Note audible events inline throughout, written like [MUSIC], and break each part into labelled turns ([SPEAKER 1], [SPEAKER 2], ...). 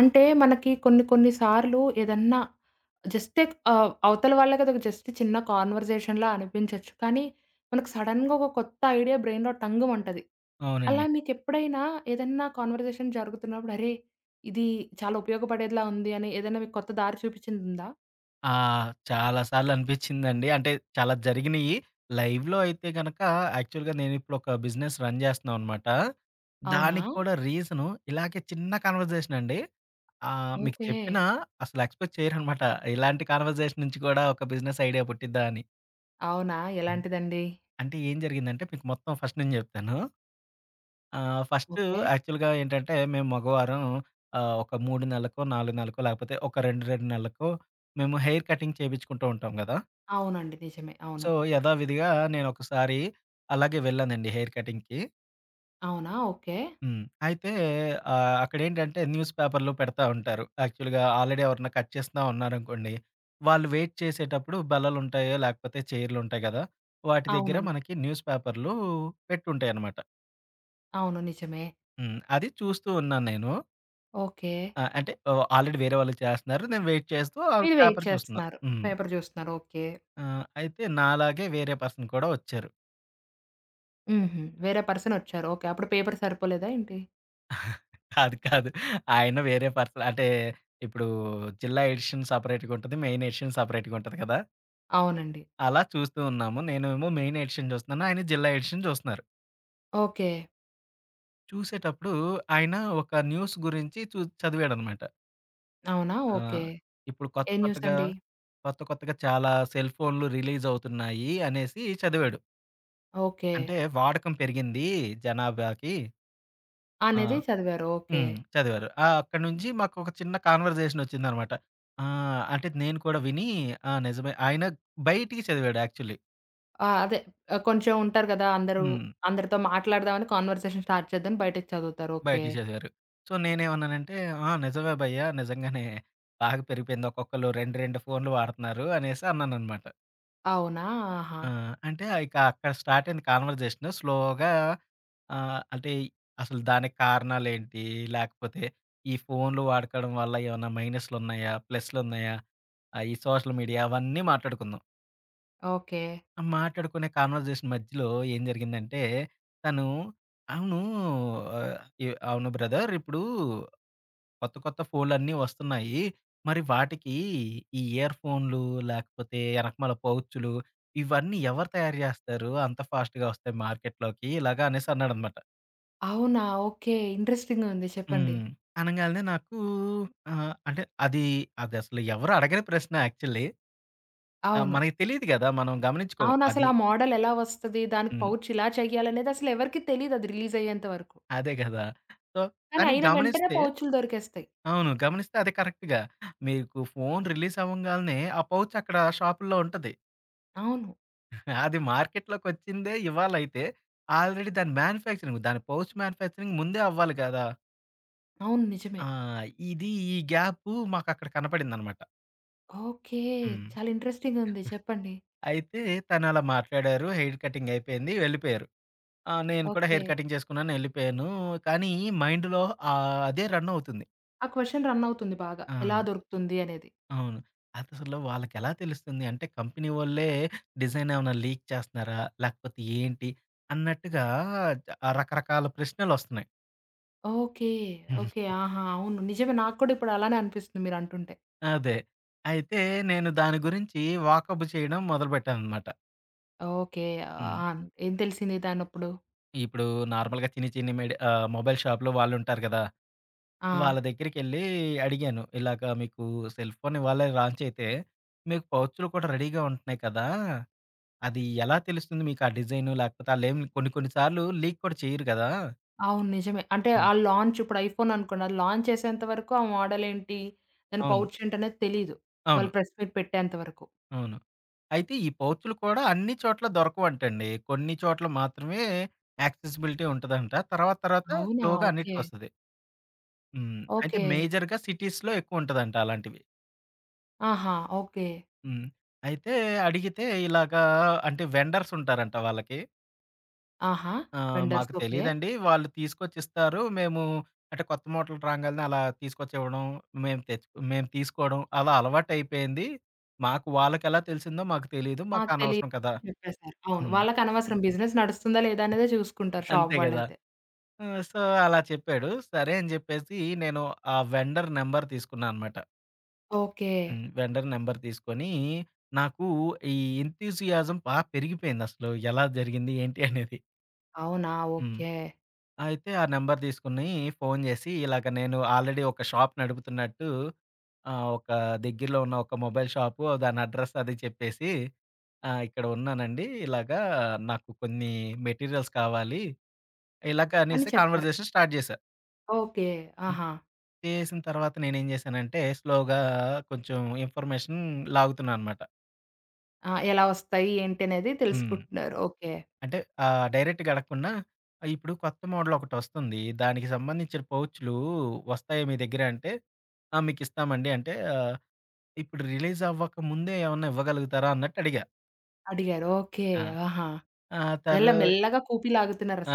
[SPEAKER 1] అంటే మనకి కొన్ని కొన్ని సార్లు ఏదన్నా జస్ట్ అవతల వాళ్ళకి అదొక జస్ట్ చిన్న కాన్వర్జేషన్‌లా అనిపించొచ్చు. కానీ మనకు సడెన్‌గా ఒక కొత్త ఐడియా బ్రెయిన్‌లో టంగుమంటది.
[SPEAKER 2] అవునండి.
[SPEAKER 1] అలా మీకెప్పుడైనా ఏదన్నా కాన్వర్జేషన్ జరుగుతున్నప్పుడు అరే! ఇది చాలా ఉపయోగపడేదిలా ఉంది అని ఏదైనా మీకు కొత్త దారి చూపించిందుందా?
[SPEAKER 2] ఆ! చాలా సార్లనిపించిందండి. అంటే చాలా జరిగినియి. లైవ్‌లో అయితే గనక యాక్చువల్‌గా నేనిప్పుడొక బిజినెస్ రన్ చేస్తున్నాననమాట.
[SPEAKER 1] అవునా?
[SPEAKER 2] దానికి కూడా రీజను ఇలాగే చిన్న కన్వర్జేషన్ అండి. మీకు
[SPEAKER 1] ఓకే.
[SPEAKER 2] చెప్పినా అసలు ఎక్స్‌పెక్ట్ చేయరనమాట. ఇలాంటి కన్వర్జేషన్ నుంచి కూడా ఒక బిజినెస్ ఐడియా పుట్టిద్దా అని.
[SPEAKER 1] అవునా?
[SPEAKER 2] హ్మ్.
[SPEAKER 1] ఎలాంటిదండి?
[SPEAKER 2] అంటే ఏం జరిగిందంటే మీకు మొత్తం ఫస్ట్ నుంచి చెప్తాను. First
[SPEAKER 1] okay.
[SPEAKER 2] యాక్చువల్‌గా ఏంటంటే మేము మగవారం ఒక 3 నెలలకో, 4 నెలలకో లేకపోతే ఒక 2, 2 నెలలకో మేము హెయిర్ కటింగ్ చేపించుకుంటూ ఉంటాం గదా!
[SPEAKER 1] అవునండి. నిజమే. అవును.
[SPEAKER 2] సో, యథావిధిగా నేనొకసారి అలాగే వెళ్ళానండి హెయిర్ కటింగ్‌కి.
[SPEAKER 1] అవునా? ఓకే.
[SPEAKER 2] హ్మ్. అయితే అక్కడేంటంటే న్యూస్ పేపర్‌లో పెడతా ఉంటారు. యాక్చువల్‌గా ఆల్రెడీ ఎవరన్నా కట్ చేస్తా ఉన్నారనుకోండి, వాళ్ళు వెయిట్ చేసేటప్పుడు బల్లలుంటాయో, లేకపోతే చైర్‌లుంటాయి గదా! వాటి దగ్గర
[SPEAKER 1] అవునండి.
[SPEAKER 2] మనకి న్యూస్ పేపర్‌లు పెట్టుంటాయనమాట.
[SPEAKER 1] అవును. నిజమే.
[SPEAKER 2] హ్మ్. అది చూస్తూ ఉన్నాను నేను.
[SPEAKER 1] ఓకే.
[SPEAKER 2] ఆ! అంటే ఆల్రెడీ వేరే వాళ్ళు చేస్తన్నారు. నేను వెయిట్ చేస్తూ ఆ
[SPEAKER 1] మీరు వెయిట్
[SPEAKER 2] పేపర్ చూస్తున్నా.
[SPEAKER 1] చేస్తున్నారు.
[SPEAKER 2] హ్మ్.
[SPEAKER 1] పేపర్ చూస్తున్నారు. ఓకే.
[SPEAKER 2] అయితే నాలాగే వేరే పర్సన్ కూడా వచ్చారు.
[SPEAKER 1] హుహు. వేరే పర్సనొచ్చారు. ఓకే. అప్పుడు పేపర్ సరిపోలేదా ఏంటి?
[SPEAKER 2] కాదు. కాదు. ఆయన వేరే పర్సన్ అంటే ఇప్పుడు జిల్లా ఎడిషన్ సెపరేట్‌గా ఉంటది. మెయిన్ ఎడిషన్ సెపరేట్‌గా ఉంటది కదా!
[SPEAKER 1] అవునండి.
[SPEAKER 2] అలా చూస్తూ ఉన్నాము. నేనేమో మెయిన్ ఎడిషన్ చూస్తున్నాను. ఆయన జిల్లా ఎడిషన్ చూస్తున్నారు.
[SPEAKER 1] ఓకే.
[SPEAKER 2] చూసేటప్పుడు ఆయన ఒక న్యూస్ గురించి చదివాడనమాట.
[SPEAKER 1] అవునా? ఓకే.
[SPEAKER 2] ఆహ్, ఇప్పుడు
[SPEAKER 1] ఏ న్యూస్ అండి?
[SPEAKER 2] కొత్త కొత్తగా చాలా సెల్ ఫోన్‌లు రిలీజ్ అవుతున్నాయి అనేసి చదివాడు.
[SPEAKER 1] ఓకే.
[SPEAKER 2] అంటే వాడకం పెరిగింది జనాభాకి. ఆ!
[SPEAKER 1] అనేది చదివారు. ఓకే.
[SPEAKER 2] హ్మ్. చదివారు. ఆ! అక్కడి నుంచి మాకొక చిన్న కాన్వర్జేషన్ వచ్చిందనమాట. ఆ! అంటే నేను కూడా విని ఆ! నిజమే. ఆయన బయటికి చదివాడు యాక్చువల్లీ.
[SPEAKER 1] ఆ! అదే కొంచెం ఉంటారు కదా! అందరూ
[SPEAKER 2] హ్మ్.
[SPEAKER 1] అందరితో మాట్లాడదామని కాన్వర్సేషన్ స్టార్ట్ చేద్దామని బయటకి చదువుతారు. ఓకే.
[SPEAKER 2] బయటికి చదివారు. సో, నేనేమన్నానంటే, "ఆ! నిజమే భయ్యా నిజంగానే బాగా పెరిగిపోయింది. ఒక్కొక్కళ్ళు 2, 2 ఫోన్‌లు వాడుతున్నారు" అనేసి అన్నాననమాట.
[SPEAKER 1] అవునా? ఆహా!
[SPEAKER 2] ఆ! అంటే ఇక అక్కడ స్టార్ట్ అయింది కాన్వర్జేషను. స్లోగా అంటే అసలు దానికి కారణాలేంటి? లేకపోతే ఈ ఫోన్‌లు వాడుకోవడం వల్ల ఏమన్నా మైనస్‌లున్నాయా? ప్లస్‌లున్నాయా? ఆ! ఈ సోషల్ మీడియా అవన్నీ మాట్లాడుకున్నాం.
[SPEAKER 1] ఓకే.
[SPEAKER 2] మాట్లాడుకునే కాన్వర్జేషన్ మధ్యలో ఏం జరిగిందంటే, తను అవును ఆహ్, అవును బ్రదర్ ఇప్పుడు కొత్త కొత్త ఫోన్లన్నీ వస్తున్నాయి. మరి వాటికి ఈ ఇయర్ ఫోన్లు లేకపోతే ఎనకమాల పౌచులు ఇవన్నీ ఎవరు తయారు చేస్తారు? అంత ఫాస్ట్‌గా వస్తాయి మార్కెట్‌లోకి ఇలాగా అనేసి అన్నాడనమాట.
[SPEAKER 1] అవునా? ఓకే. ఇంట్రెస్టింగ్‌గా ఉంది చెప్పండి.
[SPEAKER 2] హ్మ్. అనంగాల్నే నాకు అంటే అది అదసలు ఎవరు అడగని ప్రశ్న యాక్చువల్లీ. ఆ!
[SPEAKER 1] అవును.
[SPEAKER 2] మనకి తెలీదు గదా! మనం గమనించుకోం. అది
[SPEAKER 1] అవునసలు ఆ మోడల్ ఎలా వస్తది? దానికి
[SPEAKER 2] హ్మ్.
[SPEAKER 1] పౌచ్ ఇలా చేయాలనేది అసలెవరికీ తెలీదు అది రిలీజ్ అయ్యేంత వరకు.
[SPEAKER 2] అదే గదా! సో
[SPEAKER 1] కానీ
[SPEAKER 2] కానీ
[SPEAKER 1] అయిన వెంటనే
[SPEAKER 2] గమనిస్తే
[SPEAKER 1] పౌచులు దొరికేస్తాయి.
[SPEAKER 2] అవును. గమనిస్తే అదే కరెక్ట్‌గా. మీకు ఫోను రిలీజ్ అవ్వంగాల్నే ఆ పౌచ్ అక్కడ షాపుల్లో ఉంటది.
[SPEAKER 1] అవును.
[SPEAKER 2] అది మార్కెట్‌లోకొచ్చిందే ఇవాళైతే ఆల్రెడీ దాని మ్యానుఫ్యాక్చరింగ్ దాని పౌచ్ మ్యానుఫ్యాక్చరింగ్ ముందే అవ్వాలి గదా!
[SPEAKER 1] అవును. నిజమే.
[SPEAKER 2] ఆ! ఇది ఈ గ్యాపు మాకక్కడ కనపడిందనమాట.
[SPEAKER 1] ఓకే.
[SPEAKER 2] హ్మ్.
[SPEAKER 1] చాలా ఇంట్రెస్టింగ్ ఉంది. చెప్పండి.
[SPEAKER 2] అయితే తను అలా మాట్లాడారు. హెయిర్ కటింగ్ అయిపోయింది. వెళ్ళిపోయారు. ఆ! నేను కూడా
[SPEAKER 1] ఓకే.
[SPEAKER 2] హెయిర్ కటింగ్ చేసుకున్నాను. ఎళ్ళిపోయాను. కానీ మైండ్‌లో అదే రన్ అవుతుంది.
[SPEAKER 1] ఆ క్వెషన్ రన్ అవుతుంది బాగా.
[SPEAKER 2] ఆ!
[SPEAKER 1] ఎలా దొరుకుతుంది అనేది.
[SPEAKER 2] అవును. అదసలు వాళ్ళకెలా తెలుస్తుంది? అంటే కంపెనీ వోళ్ళే డిజైన్ ఏమన్నా లీక్ చేస్తున్నారా? లేకపోతే ఏంటి? అన్నట్టుగా ఆ రకరకాల ప్రశ్నలొస్తున్నాయి.
[SPEAKER 1] ఓకే. ఓకే.
[SPEAKER 2] [LAUGHS]
[SPEAKER 1] ఆహా! అవును. నిజమే. నాకు కూడా ఇప్పుడు అలానే అనిపిస్తుంది మీరంటుంటే.
[SPEAKER 2] అదే. అయితే నేను దాని గురించి వాకబు చేయడం మొదలుపెట్టాననమాట.
[SPEAKER 1] ఓకే.
[SPEAKER 2] హ్మ్.
[SPEAKER 1] ఆ! ఏం తెలిసింది దానప్పుడు?
[SPEAKER 2] ఇప్పుడు నార్మల్‌గా చిన్ని చిన్ని మొబైల్ షాప్‌లో వాళ్ళుంటారు గదా!
[SPEAKER 1] ఆ!
[SPEAKER 2] వాళ్ళ దగ్గరికెళ్ళి అడిగాను. ఇలాగ మీకు సెల్ ఫోన్ ఇవాళే లాంచ్ అయితే మీకు పౌచులు కూడా రెడీగా ఉంటున్నాయి కదా! అది ఎలా తెలుస్తుంది మీకు ఆ డిజైను? లేకపోతే ఆళ్ళేం కొన్ని కొన్ని సార్లు లీక్ కూడా చేయరు కదా!
[SPEAKER 1] అవును. నిజమే. అంటే
[SPEAKER 2] హ్మ్.
[SPEAKER 1] ఆ లాంచ్ ఇప్పుడు ఐఫోన్ అనుకోండి. అది లాంచ్ చేసేంత వరకు ఆ మోడల్ ఏంటి? దాని
[SPEAKER 2] అవును.
[SPEAKER 1] పౌచ్ ఏంటనేది తెలీదు.
[SPEAKER 2] అవును.
[SPEAKER 1] వాళ్ళు ప్రెస్ మీట్ పెట్టేంత వరకు.
[SPEAKER 2] అవును. అయితే ఈ పౌచులు కూడా అన్ని చోట్ల దొరకవంటండి. కొన్ని చోట్ల మాత్రమే యాక్సెసిబిలిటీ ఉంటదంట. తర్వాత తర్వాత
[SPEAKER 1] అవునా?
[SPEAKER 2] స్లోగా
[SPEAKER 1] ఓకే.
[SPEAKER 2] అన్నిటికొస్తది. హ్మ్. అయితే
[SPEAKER 1] ఓకే.
[SPEAKER 2] మేజర్‌గా సిటీస్‌లో ఎక్కువుంటదంట అలాంటివి.
[SPEAKER 1] ఆహా! ఓకే.
[SPEAKER 2] హ్మ్. అయితే అడిగితే ఇలాగా అంటే వెండర్స్ ఉంటారంట వాళ్ళకి.
[SPEAKER 1] ఆహా!
[SPEAKER 2] ఆ!
[SPEAKER 1] వెండర్స్
[SPEAKER 2] మాకు
[SPEAKER 1] ఓకే.
[SPEAKER 2] తెలీదండి. వాళ్ళు తీసుకొచ్చిస్తారు. మేము అంటే కొత్త మూటలు రాంగాల్నే అలా తీసుకొచ్చివ్వడం, మేము తీసుకోవడం అలా అలవాటయిపోయింది. మాకు వాళ్ళకెలా తెలిసిందో మాకు తెలీదు.
[SPEAKER 1] మాకు
[SPEAKER 2] మాకనవసరం కదా!
[SPEAKER 1] తెలీదని చెప్పేసారు. అవును.
[SPEAKER 2] హ్మ్.
[SPEAKER 1] వాళ్ళకనవసరం బిజినెస్ నడుస్తుందా లేదా అనేదే చూసుకుంటారు షాప్
[SPEAKER 2] అంతే గదా!
[SPEAKER 1] వాళ్ళైతే.
[SPEAKER 2] హ్మ్. సో, అలా చెప్పాడు. సరే అని జెప్పేసి నేను ఆ వెండర్ నంబర్ తీసుకున్నా అనమాట.
[SPEAKER 1] ఓకే.
[SPEAKER 2] హ్మ్. వెండర్ నంబర్ తీసుకొని నాకు ఈ ఎంథూసియాజం బా పెరిగిపోయిందసలు. ఎలా జరిగింది? ఏంటి? అనేది.
[SPEAKER 1] అవునా!
[SPEAKER 2] హ్మ్.
[SPEAKER 1] ఓకే.
[SPEAKER 2] అయితే ఆ నంబర్ తీసుకొని ఫోను జేసి, ఇలాగ నేను ఆల్రెడీ ఒక షాప్ నడుపుతున్నట్టు ఒక దగ్గరలో ఉన్న ఒక మొబైల్ షాపు దాని అడ్రెస్ అది చెప్పేసి, "ఇక్కడ ఉన్నానండి. ఇలాగా నాకు కొన్ని మెటీరియల్స్ కావాలి." ఇలాగ
[SPEAKER 1] అని
[SPEAKER 2] అనేసి
[SPEAKER 1] చెప్పారు.
[SPEAKER 2] కాన్వర్జేషన్ స్టార్ట్ చేశా.
[SPEAKER 1] ఓకే.
[SPEAKER 2] హ్మ్.
[SPEAKER 1] ఆహా!
[SPEAKER 2] చేసిన తర్వాత నేనేం జేశానంటే, స్లోగా కొంచెం ఇన్ఫర్మేషన్ లాగుతున్నా అనమాట.
[SPEAKER 1] ఆ! ఎలా వస్తాయి ఏంటి అనేది
[SPEAKER 2] హ్మ్.
[SPEAKER 1] తెలుసుకుంటున్నారు. ఓకే.
[SPEAKER 2] అంటే డైరెక్ట్‌గా అడగకుండా ఇప్పుడు కొత్త మోడల్ ఒకటొస్తుంది. దానికి సంబంధించిన పౌచ్‌లు వస్తాయా మీ దగ్గర అంటే, "ఆ! మీకిస్తామండి." అంటే ఇప్పుడు రిలీజ్ అవ్వక ముందే ఏమన్నా ఇవ్వగలుగుతారా అన్నట్టు అడిగా.
[SPEAKER 1] అడిగారు. ఓకే.
[SPEAKER 2] ఆ!
[SPEAKER 1] ఆహా!
[SPEAKER 2] ఆ!
[SPEAKER 1] ఎలా
[SPEAKER 2] తను
[SPEAKER 1] మెల్లగా కూపి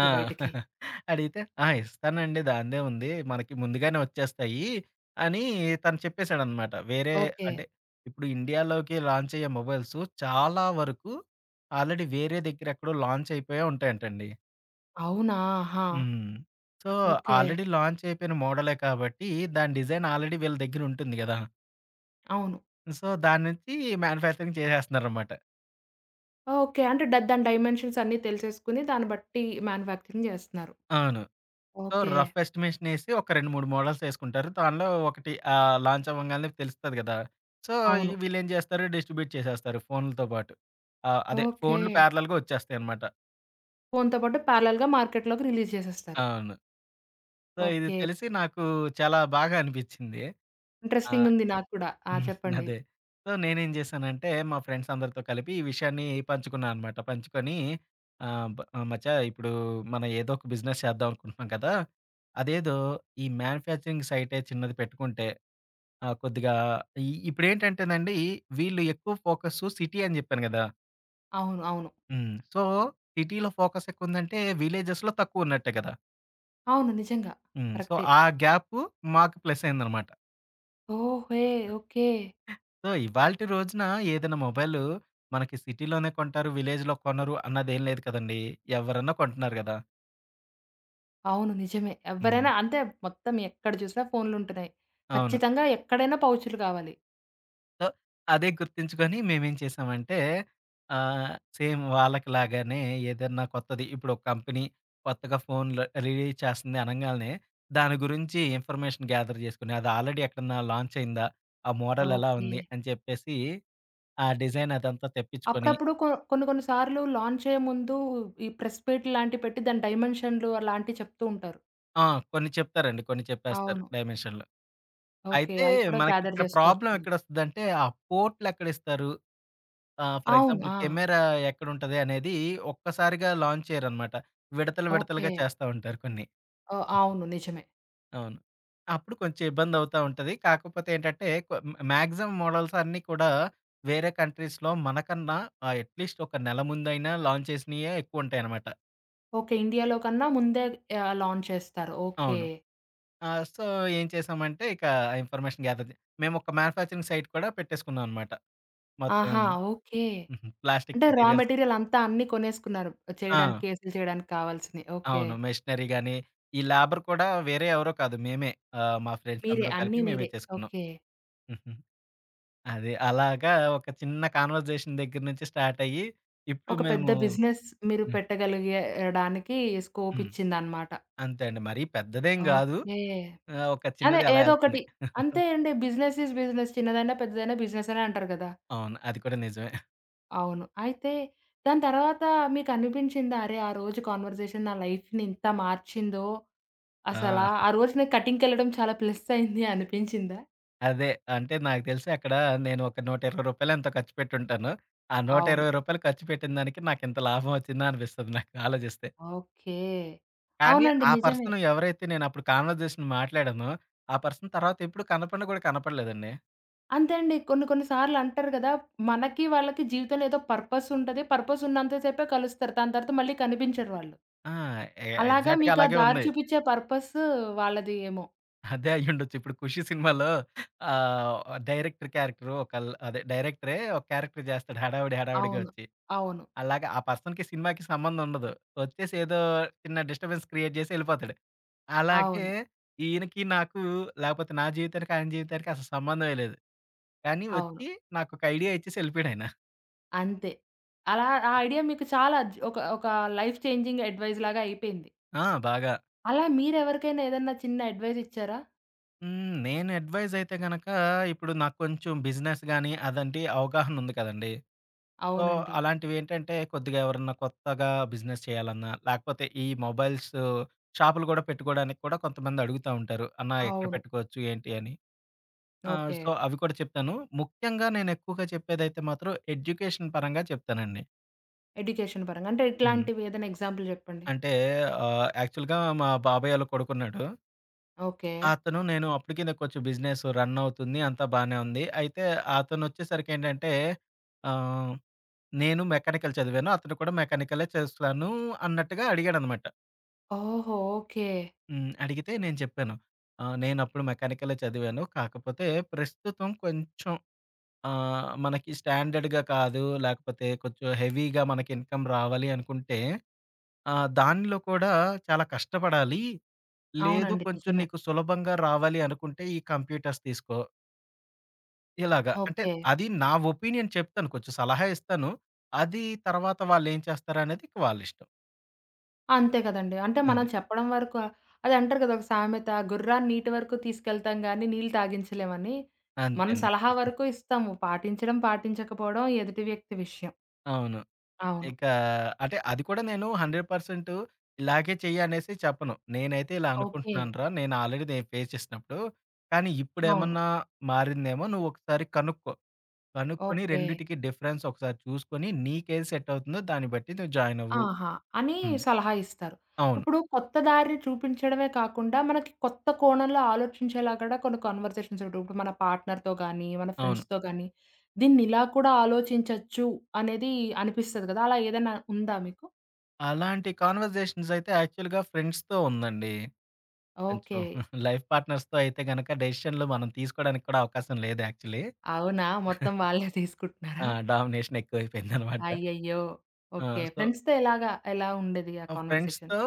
[SPEAKER 2] ఆ!
[SPEAKER 1] బయటికి.
[SPEAKER 2] [LAUGHS] అడిగితే, "ఆ! ఇస్తానండి దానిదేముంది. మనకి ముందుగానే వచ్చేస్తాయి" అని తను చెప్పేసాడనమాట. వేరే
[SPEAKER 1] ఓకే.
[SPEAKER 2] అంటే ఇప్పుడు ఇండియాలోకి లాంచ్ అయ్యే మొబైల్స్ చాలా వరకు ఆల్రెడీ వేరే దగ్గర ఎక్కడో లాంచ్ అయిపోయే ఉంటాయంటండి.
[SPEAKER 1] అవునా! ఆహా!
[SPEAKER 2] హ్మ్. So,
[SPEAKER 1] okay.
[SPEAKER 2] ఆల్రెడీ లాంచ్ అయిపోయిన మోడలే కాబట్టి, దాని డిజైన్ ఆల్రెడీ వీళ్ళ దగ్గర ఉంటుంది గదా!
[SPEAKER 1] అవును.
[SPEAKER 2] సో, దాని నుంచి మ్యానుఫ్యాక్చరింగ్ చేసేస్తున్నారనమాట.
[SPEAKER 1] ఓకే. అంటే దాని డైమెన్షన్స్ అన్నీ తెలిసేసుకొని దాన్ని బట్టి మ్యానుఫ్యాక్చరింగ్ జేస్తున్నారు.
[SPEAKER 2] అవును. So,
[SPEAKER 1] okay.
[SPEAKER 2] రఫ్ ఎస్టిమేషన్ ఏసి ఒక 2, 3 మోడల్స్ ఏసుకుంటారు. దానిలో ఒకటి లాంచ్ అవ్వంగానే తెలుస్తది గదా! సో, ఈ
[SPEAKER 1] అవును.
[SPEAKER 2] వీళ్ళేం జేస్తారు డిస్ట్రిబ్యూట్ చేసేస్తారు ఫోన్లతో పాటు. అదే
[SPEAKER 1] ఓకే.
[SPEAKER 2] ఫోన్లు పారలెల్‌గా ఒచ్చేస్తాయనమాట.
[SPEAKER 1] ఫోన్‌తో పాటు ప్యారలల్‌గా మార్కెట్‌లోకి రిలీజ్ చేసేస్తారు.
[SPEAKER 2] అవును. సో, ఇది
[SPEAKER 1] ఓకే.
[SPEAKER 2] తెలిసి నాకు చాలా బాగా అనిపిచ్చింది. ఆ!
[SPEAKER 1] ఇంట్రెస్టింగుంది నాకు కూడా. ఆ!
[SPEAKER 2] హ్మ్.
[SPEAKER 1] చెప్పండి.
[SPEAKER 2] అదే. సో, నేనేం జేశానంటే, మా ఫ్రెండ్స్ అందరితో కలిపి ఈ విషయాన్ని పంచుకున్నా అనమాట. పంచుకొని ఆహ్, బ్ "మచ్చా ఇప్పుడు మనం ఏదో ఒక బిజినెస్ చేద్దాం అనుకుంటున్నాం కదా! అదేదో ఈ మ్యానుఫ్యాక్చరింగ్ సైటే చిన్నది పెట్టుకుంటే కొద్దిగా ఇప్పుడేంటంటేనండి వీళ్ళు ఎక్కువ ఫోకస్సు సిటీ అని జెప్పాను గదా!
[SPEAKER 1] అవును. అవును.
[SPEAKER 2] హ్మ్. సో, సిటీలో ఫోకస్ ఎక్కువుందంటే విలేజెస్‌లో తక్కువున్నట్టే కదా!
[SPEAKER 1] అవును. నిజంగా.
[SPEAKER 2] హ్మ్. సో,
[SPEAKER 1] కరెక్టే.
[SPEAKER 2] ఆ గ్యాపు మాకు ప్లసయిందనమాట.
[SPEAKER 1] ఓహే! ఓకే.
[SPEAKER 2] సో, ఇవాల్టి రోజున ఏదైనా మొబైలు మనకి సిటీలోనే కొంటారు, విలేజ్‌లో కొనరు అన్నదేం లేదు కదండీ. ఎవరన్నా కొంటున్నారు గదా!
[SPEAKER 1] అవును. నిజమే.
[SPEAKER 2] హ్మ్.
[SPEAKER 1] ఎవ్వరైనా అంతే మొత్తం ఎక్కడ చూసినా ఫోన్‌లుంటున్నాయి.
[SPEAKER 2] అవును.
[SPEAKER 1] ఖచ్చితంగా ఎక్కడైనా పౌచులు కావాలి.
[SPEAKER 2] సో, అదే గుర్తించుకొని మేమేం చేసామంటే సేమ్ వాళ్ళకిలాగానే ఏదన్నా కొత్తది ఇప్పుడు ఒక కంపెనీ కొత్తగా ఫోన్‌లు రిలీజ్ చేస్తుంది అనంగాల్నే దాని గురించి ఇన్ఫర్మేషన్ గ్యాదర్ చేసుకొని, అది ఆల్రెడీ ఎక్కడన్నా లాంచ్ అయిందా? ఆ మోడల్ ఎలా
[SPEAKER 1] ఓకే.
[SPEAKER 2] ఉంది? అని చెప్పేసి, ఆ డిజైన్ అదంతా తెప్పించుకొని
[SPEAKER 1] అప్పుడప్పుడు కొన్ని కొన్ని సార్లు లాంచ్ అయ్యే ముందు ఈ ప్రెస్ మీట్ లాంటివి పెట్టి దాని డైమెన్షన్‌లు అలాంటివి చెప్తూ ఉంటారు.
[SPEAKER 2] ఆ! కొన్ని చెప్తారండి. కొన్ని చెప్పేస్తారు
[SPEAKER 1] అవును.
[SPEAKER 2] డైమెన్షన్‌లు.
[SPEAKER 1] ఓకే.
[SPEAKER 2] అయితే
[SPEAKER 1] అయి కూడా గ్యాదర్
[SPEAKER 2] మనకిక్కడ ప్రాబ్లమ్
[SPEAKER 1] చేసుకోవచ్చు.
[SPEAKER 2] ఎక్కడొస్తదంటే, ఆ పోర్ట్‌లెక్కడిస్తారు, ఫర్
[SPEAKER 1] అవును.
[SPEAKER 2] ఎగ్జాంపుల్
[SPEAKER 1] ఆ!
[SPEAKER 2] కెమెరా ఎక్కడుంటది అనేది ఒక్కసారిగా లాంచ్ చేయరనమాట. విడతలు,
[SPEAKER 1] ఓకే.
[SPEAKER 2] విడతలుగా చేస్తా ఉంటారు కొన్ని.
[SPEAKER 1] ఓహ్! అవును. నిజమే.
[SPEAKER 2] అవును. అప్పుడు కొంచెం ఇబ్బందవుతా ఉంటది. కాకపోతే ఏంటంటే, మాక్సిమం మోడల్స్ అన్నీ కూడా వేరే కంట్రీస్‌లో మనకన్నా అట్‌లీస్ట్ ఒక నెల ముందైనా లాంచ్ చేసినయే ఎక్కువుంటాయనమాట.
[SPEAKER 1] ఓకే. ఇండియాలో కన్నా ముందే లాంచ్ చేస్తారు. ఓకే.
[SPEAKER 2] అవును. ఆ! సో, ఏం చేసామంటే, ఇక ఆ ఇన్ఫర్మేషన్ గ్యాదర్ జే మేమొక మ్యానుఫ్యాక్చరింగ్ సైట్ కూడా పెట్టేసుకున్నాం అనమాట. మొత్తం
[SPEAKER 1] ఆహా! ఓకే.
[SPEAKER 2] హుహు. ప్లాస్టిక్
[SPEAKER 1] అంటే రా
[SPEAKER 2] మెటీరియల్స్
[SPEAKER 1] మెటీరియల్ అంతా అన్నీ కొనేసుకున్నారు.
[SPEAKER 2] ఆ!
[SPEAKER 1] చేయడానికి కేసులు చేయడానికి కావాల్సినయి. ఓకే.
[SPEAKER 2] అవును. మెషినరీ గాని, ఈ లేబర్ కూడా వేరే ఎవరో కాదు మేమే. మా ఫ్రెండ్స్
[SPEAKER 1] మీరే
[SPEAKER 2] అందరం కలిపి
[SPEAKER 1] అన్నీ
[SPEAKER 2] మేమే
[SPEAKER 1] మీరే.
[SPEAKER 2] చేసుకున్నాం.
[SPEAKER 1] ఓకే.
[SPEAKER 2] హుహు. అదే. అలాగా ఒక చిన్న కాన్వర్జేషన్ దగ్గర నుంచి స్టార్ట్ అయ్యి, ఇప్పుడు
[SPEAKER 1] ఒక పెద్ద
[SPEAKER 2] మేము
[SPEAKER 1] బిజినెస్ మీరు
[SPEAKER 2] హ్మ్.
[SPEAKER 1] పెట్టగలిగేయడానికి స్కోప్
[SPEAKER 2] హ్మ్.
[SPEAKER 1] ఇచ్చిందన్నమాట.
[SPEAKER 2] అంతే అండి. మరీ పెద్దదేం గాదు.
[SPEAKER 1] ఓకే.
[SPEAKER 2] ఒక
[SPEAKER 1] అదే
[SPEAKER 2] చిన్నది అలా
[SPEAKER 1] ఏదో
[SPEAKER 2] ఎళ్తుంది.
[SPEAKER 1] ఒకటి. అంతే అండి. Business is business. చిన్నదైనా, పెద్దదైనా బిజినెస్ అనే అంటారు కదా!
[SPEAKER 2] అవును. అది కూడా నిజమే.
[SPEAKER 1] అవును. అయితే దాని తర్వాత మీకు అనిపించిందా? అరే! ఆ రోజు కాన్వర్జేషన్ నా లైఫ్‌ని ఇంత మార్చిందో!
[SPEAKER 2] ఆ!
[SPEAKER 1] అసలా ఆ రోజు నాకు కటింగ్‌కెళ్ళడం చాలా ప్లస్ అయింది అనిపించిందా?
[SPEAKER 2] అదే. అంటే నాకు తెలిసి అక్కడ నేను ఒక రూ. 120 ఎంతో ఖర్చు పెట్టుంటాను. ఆ రూ.
[SPEAKER 1] అవును.
[SPEAKER 2] 120 ఖర్చు పెట్టిన దానికి నాకింత లాభం వచ్చిందా అనిపిస్తది నాకు ఆలోచిస్తే.
[SPEAKER 1] ఓకే.
[SPEAKER 2] కానీ
[SPEAKER 1] అవునండి.
[SPEAKER 2] ఆ
[SPEAKER 1] నిజమే.
[SPEAKER 2] పర్సన్ ఎవరైతే నేనప్పుడు కాన్వర్జేషన్ మాట్లాడానో, ఆ పర్సన్ తర్వాత ఎప్పుడు కనపడిన కూడా కనపడలేదండి.
[SPEAKER 1] అంతే అండి. కొన్ని కొన్ని సార్లు అంటారు గదా! మనకి వాళ్ళకి జీవితంలో ఏదో పర్పస్ ఉంటది. పర్పస్ ఉన్నంత సేపే కలుస్తారు. దాని తర్వాత మళ్ళీ కనిపించరు వాళ్ళు.
[SPEAKER 2] ఆ!
[SPEAKER 1] అలాగా
[SPEAKER 2] ఎగ్జాక్ట్‌గా
[SPEAKER 1] మీకు ఆ
[SPEAKER 2] అలాగే
[SPEAKER 1] దారి
[SPEAKER 2] ఉంది.
[SPEAKER 1] చూపిచ్చే పర్పస్ వాళ్ళది ఏమో!
[SPEAKER 2] అదే అయ్యుండొచ్చు. ఇప్పుడు 'ఖుషి' సినిమాలో ఆహ్, డైరెక్టర్ క్యారెక్టర్ ఒకల్ అదే డైరెక్టరే ఒక క్యారెక్టర్ చేస్తాడు హడావిడి హడావిడిగా
[SPEAKER 1] అవును.
[SPEAKER 2] వచ్చి.
[SPEAKER 1] అవును.
[SPEAKER 2] అలాగా ఆ పర్సన్‌కి సినిమాకి సంబంధం ఉండదు. వచ్చేసి ఏదో చిన్న డిస్టర్బెన్స్ క్రియేట్ చేసి ఎళ్ళిపోతాడు. అలాగే
[SPEAKER 1] అవును.
[SPEAKER 2] ఈయనకి నాకు లేకపోతే నా జీవితానికి ఆయన జీవితానికి అసలు సంబంధమే లేదు. కానీ
[SPEAKER 1] అవును.
[SPEAKER 2] వచ్చి నాకొక ఐడియా ఇచ్చేసి ఎళ్ళిపోయాడాయన.
[SPEAKER 1] అంతే. అలా ఆ ఐడియా మీకు చాలా ఒక ఒక లైఫ్ చేంజింగ్ అడ్వైస్ లాగా అయిపోయింది.
[SPEAKER 2] ఆ! బాగా.
[SPEAKER 1] అలా మీరెవరికైనా ఏదన్నా చిన్న అడ్వైస్ ఇచ్చారా?
[SPEAKER 2] హ్మ్. నేను అడ్వైజ్ అయితే గనక, ఇప్పుడు నాకు కొంచెం బిజినెస్ గాని, అదంటే అవగాహన ఉంది కదండీ. సో,
[SPEAKER 1] అవునండి.
[SPEAKER 2] అలాంటివేంటంటే కొద్దిగా ఎవరన్నా కొత్తగా బిజినెస్ చేయాలన్నా, లేకపోతే ఈ మొబైల్స్ షాపులు గూడా పెట్టుకోవడానికి కూడా కొంతమంది అడుగుతా ఉంటారు. అన్నా ఎక్కడ
[SPEAKER 1] అవును.
[SPEAKER 2] పెట్టుకోవచ్చు, ఏంటి అని.
[SPEAKER 1] ఓకే.
[SPEAKER 2] సో, అవి కూడా చెప్తాను. ముఖ్యంగా నేను ఎక్కువగా చెప్పేదైతే మాత్రం ఎడ్యుకేషన్ పరంగా చెప్తానండి.
[SPEAKER 1] ఎడ్యుకేషన్ పరంగా. అంటే
[SPEAKER 2] హ్మ్.
[SPEAKER 1] ఎట్లాంటివి ఏదైనా ఎగ్జాంపుల్ జెప్పండి?
[SPEAKER 2] అంటే యాక్చువల్‌గా మా బాబాయోళ్ళ కొడుకున్నాడు.
[SPEAKER 1] ఓకే.
[SPEAKER 2] అతను నేను అప్పటికి నాకు కొంచెం బిజినెస్ రన్ అవుతుంది. అంతా బానే ఉంది. అయితే అతనొచ్చేసరికేంటంటే ఆహ్, నేను మెకానికల్ చదివాను. అతను కూడా మెకానికలే చేస్తాను అన్నట్టుగా అడిగాడనమాట.
[SPEAKER 1] ఓహో! ఓకే.
[SPEAKER 2] హ్మ్. అడిగితే నేను చెప్పాను. నేనప్పుడు మెకానికలే చదివాను. కాకపోతే ప్రస్తుతం కొంచెం మనకి స్టాండర్డ్‌గా కాదు. లేకపోతే కొంచెం హెవీగా మనకి ఇన్‌కమ్ రావాలి అనుకుంటే దానిలో కూడా చాలా కష్టపడాలి. లేదు
[SPEAKER 1] అవునండి.
[SPEAKER 2] కొంచెం
[SPEAKER 1] నిజమే.
[SPEAKER 2] నీకు సులభంగా రావాలి అనుకుంటే ఈ కంప్యూటర్స్ తీసుకో. ఇలాగ. అంటే
[SPEAKER 1] ఓకే.
[SPEAKER 2] అది నా ఒపీనియన్ చెప్తాను. కొంచెం సలహా ఇస్తాను. అది తర్వాత వాళ్ళేం చేస్తారనేది ఇక వాళ్ళిష్టం.
[SPEAKER 1] అంతే గదండీ. అంటే మనం
[SPEAKER 2] అది.
[SPEAKER 1] చెప్పడం వరకు అదే అంటారు గదా! ఒక సామెత గుర్రాన్ని నీటి వరకు తీసుకెళ్తాం గానీ నీళ్ళు తాగించలేమని. మనం
[SPEAKER 2] అంతేండి.
[SPEAKER 1] సలహా వరకు ఇస్తాము. పాటించడం, పాటించకపోవడం ఎదుటి వ్యక్తి విషయం.
[SPEAKER 2] అవును.
[SPEAKER 1] అవును.
[SPEAKER 2] ఇక అంటే అది కూడా నేను 100% ఇలాగే చెయ్యి అనేసి చెప్పను. నేనైతే ఇలా
[SPEAKER 1] ఓకే.
[SPEAKER 2] అనుకుంటున్నానురా! నేను ఫేస్ చేసినప్పుడు. కానీ
[SPEAKER 1] అవును.
[SPEAKER 2] ఇప్పుడేమన్నా మారిందేమో నువ్వొకసారి కనుక్కో. కనుక్కొని
[SPEAKER 1] ఓకే.
[SPEAKER 2] రెండిటికి డిఫరెన్స్ ఒకసారి చూసుకొని నీకేది సెట్ అవుతుందో దాన్ని బట్టి నువ్వు జాయిన్ అవ్వు.
[SPEAKER 1] ఆహా! అని
[SPEAKER 2] హ్మ్.
[SPEAKER 1] సలహా ఇస్తారు.
[SPEAKER 2] అవును.
[SPEAKER 1] ఇప్పుడు కొత్త దారి చూపించడమే కాకుండా, మనకి కొత్త కోణంలో ఆలోచించేలా కూడా కొన్ని కన్వర్జేషన్స్ ఉంటాయి. ఇప్పుడు మన పార్ట్నర్‌తో గానీ, మన
[SPEAKER 2] అవును.
[SPEAKER 1] ఫ్రెండ్స్‌తో గానీ, దీన్ని ఇలా కూడా ఆలోచించొచ్చు అనేది అనిపిస్తది కదా! అలా ఏదైనా ఉందా మీకు?
[SPEAKER 2] అలాంటి కాన్వర్జేషన్స్ అయితే యాక్చువల్‌గా ఫ్రెండ్స్‌తో ఉందండి. కొంచెం
[SPEAKER 1] ఓకే.
[SPEAKER 2] [LAUGHS] లైఫ్ పార్ట్నర్స్‌తో అయితే గనక డెసిషన్‌లు మనం తీసుకోవడానికి కూడా అవకాశం లేదు యాక్చువల్లీ.
[SPEAKER 1] అవునా? మొత్తం వాళ్ళే
[SPEAKER 2] ఆ!
[SPEAKER 1] తీసుకుంటున్నారా?
[SPEAKER 2] డామినేషన్ ఎక్కువైపోయిందనమాట.
[SPEAKER 1] అయ్యయ్యో! ఓకే.
[SPEAKER 2] ఆ! సో,
[SPEAKER 1] ఫ్రెండ్స్‌తో ఎలాగా ఎలా ఉండేది ఆ
[SPEAKER 2] ఆ
[SPEAKER 1] కన్వర్జేషన్?
[SPEAKER 2] ఫ్రెండ్స్‌తో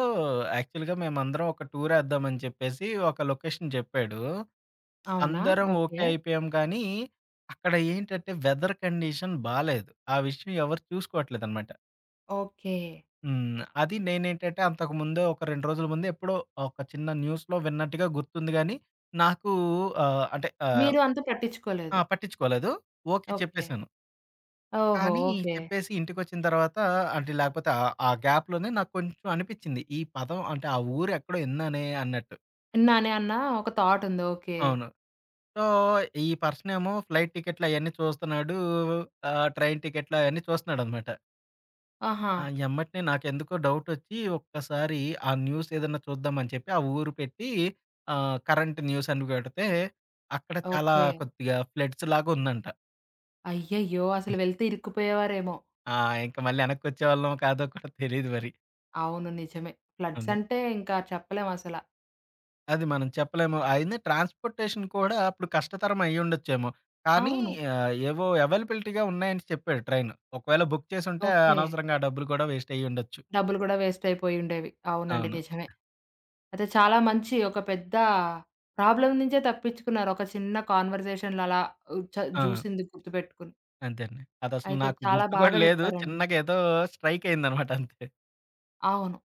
[SPEAKER 2] యాక్చువల్‌గా మేమందరం ఒక టూరేద్దామని చెప్పేసి ఒక లొకేషన్ చెప్పాడు.
[SPEAKER 1] అవునా?
[SPEAKER 2] అందరం ఓకే
[SPEAKER 1] ఓకే.
[SPEAKER 2] అయిపోయాం కానీ, అక్కడ ఏంటంటే వెదర్ కండిషన్ బాలేదు. ఆ విషయం ఎవరు చూసుకోవట్లేదనమాట.
[SPEAKER 1] ఓకే.
[SPEAKER 2] హ్మ్. అది నేనేంటంటే అంతకు ముందే ఒక 2 రోజుల ముందు ఎప్పుడో ఒక చిన్న న్యూస్‌లో విన్నట్టుగా గుర్తుంది గానీ, నాకు అంటే ఆహ్
[SPEAKER 1] మీరు అంత
[SPEAKER 2] ఆ!
[SPEAKER 1] పట్టించుకోలేదు.
[SPEAKER 2] పట్టించుకోలేదు. Okay
[SPEAKER 1] okay.
[SPEAKER 2] చెప్పేసాను.
[SPEAKER 1] ఓహో!
[SPEAKER 2] కానీ
[SPEAKER 1] ఓకే.
[SPEAKER 2] చెప్పేసి ఇంటికొచ్చిన తర్వాత అంటే లేకపోతే ఆ గ్యాప్‌లోనే నాకు కొంచెం అనిపిచ్చింది. ఈ పదం అంటే ఆ ఊరు ఎక్కడో ఇన్నానే అన్నట్టు.
[SPEAKER 1] నానే అన్న ఒక థాట్ ఉంది. ఓకే.
[SPEAKER 2] అవును. సో, ఈ పర్సనేమో ఫ్లైట్ టికెట్లు అయన్నీ చూస్తున్నాడు. ట్రైన్ టికెట్లు అయన్నీ చూస్తున్నాడనమాట.
[SPEAKER 1] ఆహా!
[SPEAKER 2] ఆ! ఎమ్మటనే నాకెందుకో డౌటొచ్చి ఒక్కసారి ఆ న్యూస్ ఏదన్నా చూద్దామని చెప్పి ఆ ఊరు పెట్టి కరెంట్ న్యూస్ అని పెడితే అక్కడ చాలా
[SPEAKER 1] ఓకే.
[SPEAKER 2] కొద్దిగా ఫ్లడ్స్ లాగా ఉందంట.
[SPEAKER 1] అయ్యయ్యో! అసలు వెళ్తే ఇరుక్కుపోయేవారేమో!
[SPEAKER 2] ఆ! ఇంక మళ్ళీ ఎనక్కొచ్చేవాళ్ళమో కాదో కూడా తెలీదు మరి.
[SPEAKER 1] అవును. నిజమే. ఫ్లడ్స్
[SPEAKER 2] అదే.
[SPEAKER 1] అంటే ఇంకా చెప్పలేం అసల.
[SPEAKER 2] అది మనం చెప్పలేము. అయినా ట్రాన్స్‌పోర్టేషన్ కూడా అప్పుడు కష్టతరం అయ్యుండొచ్చేమో. కానీ
[SPEAKER 1] అవును.
[SPEAKER 2] ఏవో అవైలబిలిటీ‌గా ఉన్నాయని చెప్పాడు ట్రైను. ఒకవేళ బుక్ చేసుంటే
[SPEAKER 1] ఓకే.
[SPEAKER 2] అనవసరంగా ఆ డబ్బులు కూడా వేస్ట్ అయ్యుండొచ్చు.
[SPEAKER 1] డబ్బులు కూడా వేస్ట్ అయిపోయుండేవి. అవునండి.
[SPEAKER 2] అవును.
[SPEAKER 1] నిజమే. అయితే చాలా మంచి ఒక పెద్ద ప్రాబ్లమ్ నుంచే తప్పించుకున్నారు. ఒక చిన్న కాన్వర్జేషన్‌లో అలా ఉ చ
[SPEAKER 2] ఆ!
[SPEAKER 1] జూసింది గుర్తుపెట్టుకొని.
[SPEAKER 2] అంతేండి. అదసలు
[SPEAKER 1] అయితే
[SPEAKER 2] నాకు
[SPEAKER 1] చాలా
[SPEAKER 2] గుర్తు కూడా
[SPEAKER 1] బాగా
[SPEAKER 2] లేదు.
[SPEAKER 1] జెప్పారండి.
[SPEAKER 2] చిన్నగా ఏదో స్ట్రైక్ అయిందనమాట అంతే.
[SPEAKER 1] అవును.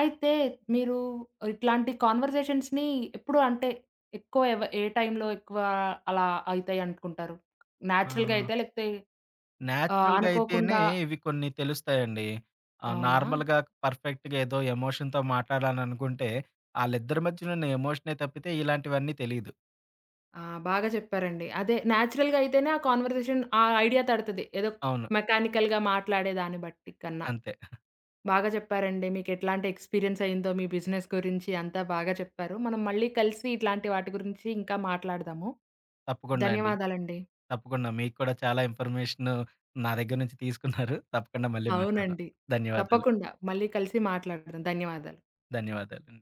[SPEAKER 1] అయితే మీరు ఇట్లాంటి కాన్వర్జేషన్స్‌ని ఎప్పుడు అంటే ఎక్కువ ఏ టైంలో ఎక్కువ అలా అయితాయి అనుకుంటారు?
[SPEAKER 2] ఆ!
[SPEAKER 1] నేచురల్‌గా అయితాయా? లేకపోతే
[SPEAKER 2] నేచురల్‌గా అయితేనే
[SPEAKER 1] అనుకోకుండా
[SPEAKER 2] ఇవి కొన్ని తెలుస్తాయండి.
[SPEAKER 1] అవునా?
[SPEAKER 2] నార్మల్‌గా పర్ఫెక్ట్‌గా ఏదో ఎమోషన్‌తో మాట్లాడాలనుకుంటే, ఆళ్ళిద్దరి మధ్యన ఉన్న ఎమోషనే తప్పితే ఇలాంటివన్నీ తెలీదు.
[SPEAKER 1] ఆ! బాగా చెప్పారండి. అదే నేచురల్‌గా అయితేనే ఆ కాన్వర్జేషన్ ఆ ఐడియా తడతది. ఏదో
[SPEAKER 2] అవును.
[SPEAKER 1] మెకానికల్‌గా మాట్లాడే దాన్ని బట్టి కన్నా.
[SPEAKER 2] అంతే.
[SPEAKER 1] బాగా చెప్పారండి. మీకు ఎట్లాంటి ఎక్స్‌పీరియన్స్ అయిందో మీ బిజినెస్ గురించి అంతా బాగా చెప్పారు. మనం మళ్ళీ కలిసి ఇట్లాంటి వాటి గురించి ఇంకా మాట్లాడదాము.
[SPEAKER 2] తప్పకుండా అండి.
[SPEAKER 1] ధన్యవాదాలండి.
[SPEAKER 2] తప్పకుండా. మీకు కూడా చాలా ఇన్ఫర్మేషన్ నా దగ్గర నుంచి తీసుకున్నారు. తప్పకుండా మళ్ళీ మాట్లాడదాం.
[SPEAKER 1] అవునండి.
[SPEAKER 2] ధన్యవాదాలు.
[SPEAKER 1] తప్పకుండా. మళ్ళీ కలిసి మాట్లాడదాం. ధన్యవాదాలు.
[SPEAKER 2] ధన్యవాదాలు.